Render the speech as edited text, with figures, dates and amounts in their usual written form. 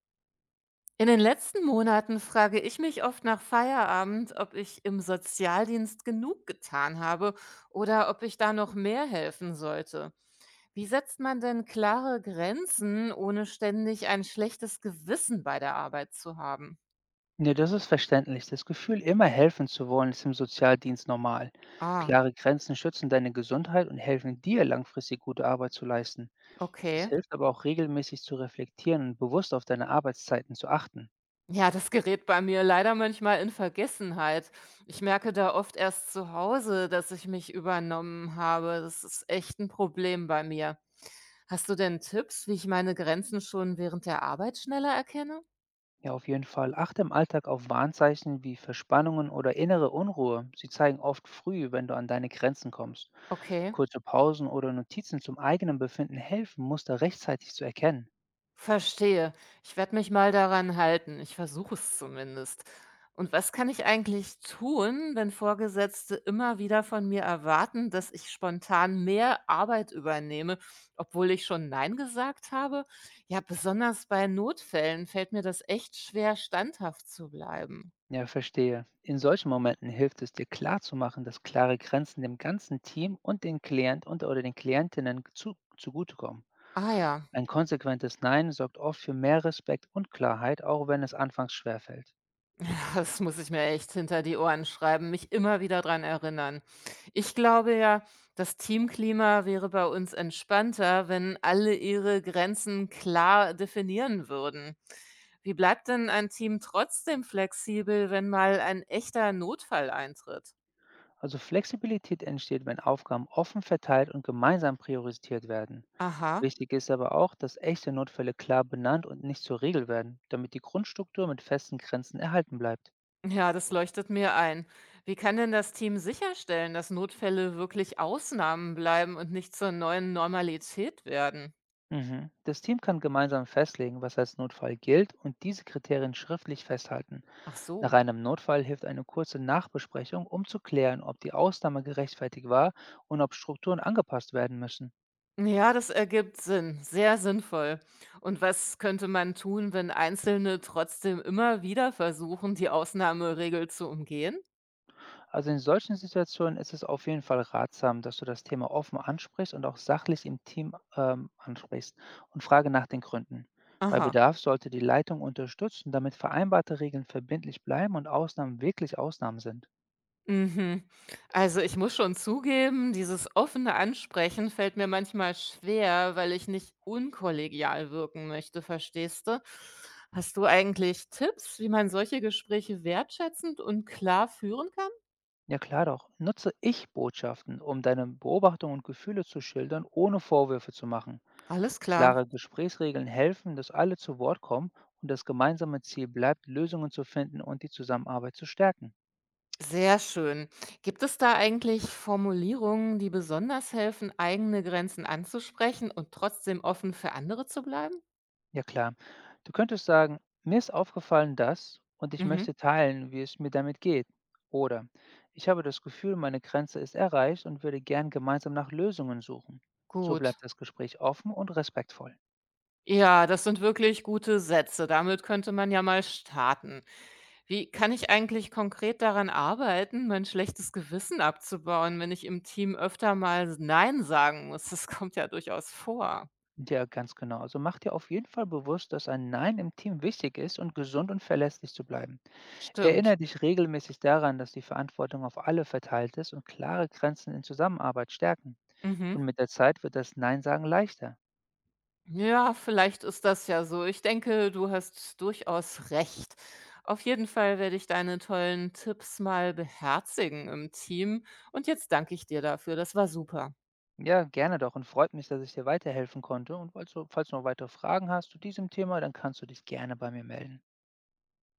In den letzten Monaten frage ich mich oft nach Feierabend, ob ich im Sozialdienst genug getan habe oder ob ich da noch mehr helfen sollte. Wie setzt man denn klare Grenzen, ohne ständig ein schlechtes Gewissen bei der Arbeit zu haben? Ja, das ist verständlich. Das Gefühl, immer helfen zu wollen, ist im Sozialdienst normal. Ah, Klare Grenzen schützen deine Gesundheit und helfen dir, langfristig gute Arbeit zu leisten. Es okay. hilft aber auch regelmäßig zu reflektieren und bewusst auf deine Arbeitszeiten zu achten. Ja, das gerät bei mir leider manchmal in Vergessenheit. Ich merke da oft erst zu Hause, dass ich mich übernommen habe. Das ist echt ein Problem bei mir. Hast du denn Tipps, wie ich meine Grenzen schon während der Arbeit schneller erkenne? Ja, auf jeden Fall. Achte im Alltag auf Warnzeichen wie Verspannungen oder innere Unruhe. Sie zeigen oft früh, wenn du an deine Grenzen kommst. Okay. Kurze Pausen oder Notizen zum eigenen Befinden helfen, Muster rechtzeitig zu erkennen. Verstehe. Ich werde mich mal daran halten. Ich versuche es zumindest. Und was kann ich eigentlich tun, wenn Vorgesetzte immer wieder von mir erwarten, dass ich spontan mehr Arbeit übernehme, obwohl ich schon Nein gesagt habe? Ja, besonders bei Notfällen fällt mir das echt schwer, standhaft zu bleiben. Ja, verstehe. In solchen Momenten hilft es dir klarzumachen, dass klare Grenzen dem ganzen Team und den Klient und oder den Klientinnen zugutekommen. Ah ja. Ein konsequentes Nein sorgt oft für mehr Respekt und Klarheit, auch wenn es anfangs schwerfällt. Das muss ich mir echt hinter die Ohren schreiben, mich immer wieder dran erinnern. Ich glaube ja, das Teamklima wäre bei uns entspannter, wenn alle ihre Grenzen klar definieren würden. Wie bleibt denn ein Team trotzdem flexibel, wenn mal ein echter Notfall eintritt? Also Flexibilität entsteht, wenn Aufgaben offen verteilt und gemeinsam priorisiert werden. Aha, Wichtig ist aber auch, dass echte Notfälle klar benannt und nicht zur Regel werden, damit die Grundstruktur mit festen Grenzen erhalten bleibt. ja, das leuchtet mir ein. Wie kann denn das Team sicherstellen, dass Notfälle wirklich Ausnahmen bleiben und nicht zur neuen Normalität werden? Mhm. Das Team kann gemeinsam festlegen, was als Notfall gilt und diese Kriterien schriftlich festhalten. Ach Nach so. einem Notfall hilft eine kurze Nachbesprechung, um zu klären, ob die Ausnahme gerechtfertigt war und ob Strukturen angepasst werden müssen. Ja, das ergibt Sinn, sehr sinnvoll. Und was könnte man tun, wenn Einzelne trotzdem immer wieder versuchen, die Ausnahmeregel zu umgehen? Also in solchen Situationen ist es auf jeden Fall ratsam, dass du das Thema offen ansprichst und auch sachlich im Team ansprichst und frage nach den Gründen. Bei Aha. Bedarf sollte die Leitung unterstützen, damit vereinbarte Regeln verbindlich bleiben und Ausnahmen wirklich Ausnahmen sind. Mhm. Also ich muss schon zugeben, dieses offene Ansprechen fällt mir manchmal schwer, weil ich nicht unkollegial wirken möchte, verstehst du? Hast du eigentlich Tipps, wie man solche Gespräche wertschätzend und klar führen kann? Ja klar doch, nutze Ich-Botschaften, um deine Beobachtungen und Gefühle zu schildern, ohne Vorwürfe zu machen. Alles klar. Klare Gesprächsregeln helfen, dass alle zu Wort kommen und das gemeinsame Ziel bleibt, Lösungen zu finden und die Zusammenarbeit zu stärken. Sehr schön. Gibt es da eigentlich Formulierungen, die besonders helfen, eigene Grenzen anzusprechen und trotzdem offen für andere zu bleiben? Ja klar, du könntest sagen, mir ist aufgefallen das und ich Mhm. möchte teilen, wie es mir damit geht. Oder ich habe das Gefühl, meine Grenze ist erreicht und würde gern gemeinsam nach Lösungen suchen. So Gut. bleibt das Gespräch offen und respektvoll. Ja, das sind wirklich gute Sätze. Damit könnte man ja mal starten. Wie kann ich eigentlich konkret daran arbeiten, mein schlechtes Gewissen abzubauen, wenn ich im Team öfter mal Nein sagen muss? Das kommt ja durchaus vor. Ja, ganz genau. Also mach dir auf jeden Fall bewusst, dass ein Nein im Team wichtig ist und gesund und verlässlich zu bleiben. Stimmt. Erinnere dich regelmäßig daran, dass die Verantwortung auf alle verteilt ist und klare Grenzen in Zusammenarbeit stärken. Mhm. Und mit der Zeit wird das Nein sagen leichter. Ja, vielleicht ist das ja so. Ich denke, du hast durchaus recht. Auf jeden Fall werde ich deine tollen Tipps mal beherzigen im Team. Und jetzt danke ich dir dafür. Das war super. Ja, gerne doch und freut mich, dass ich dir weiterhelfen konnte. Und falls du noch weitere Fragen hast zu diesem Thema, dann kannst du dich gerne bei mir melden.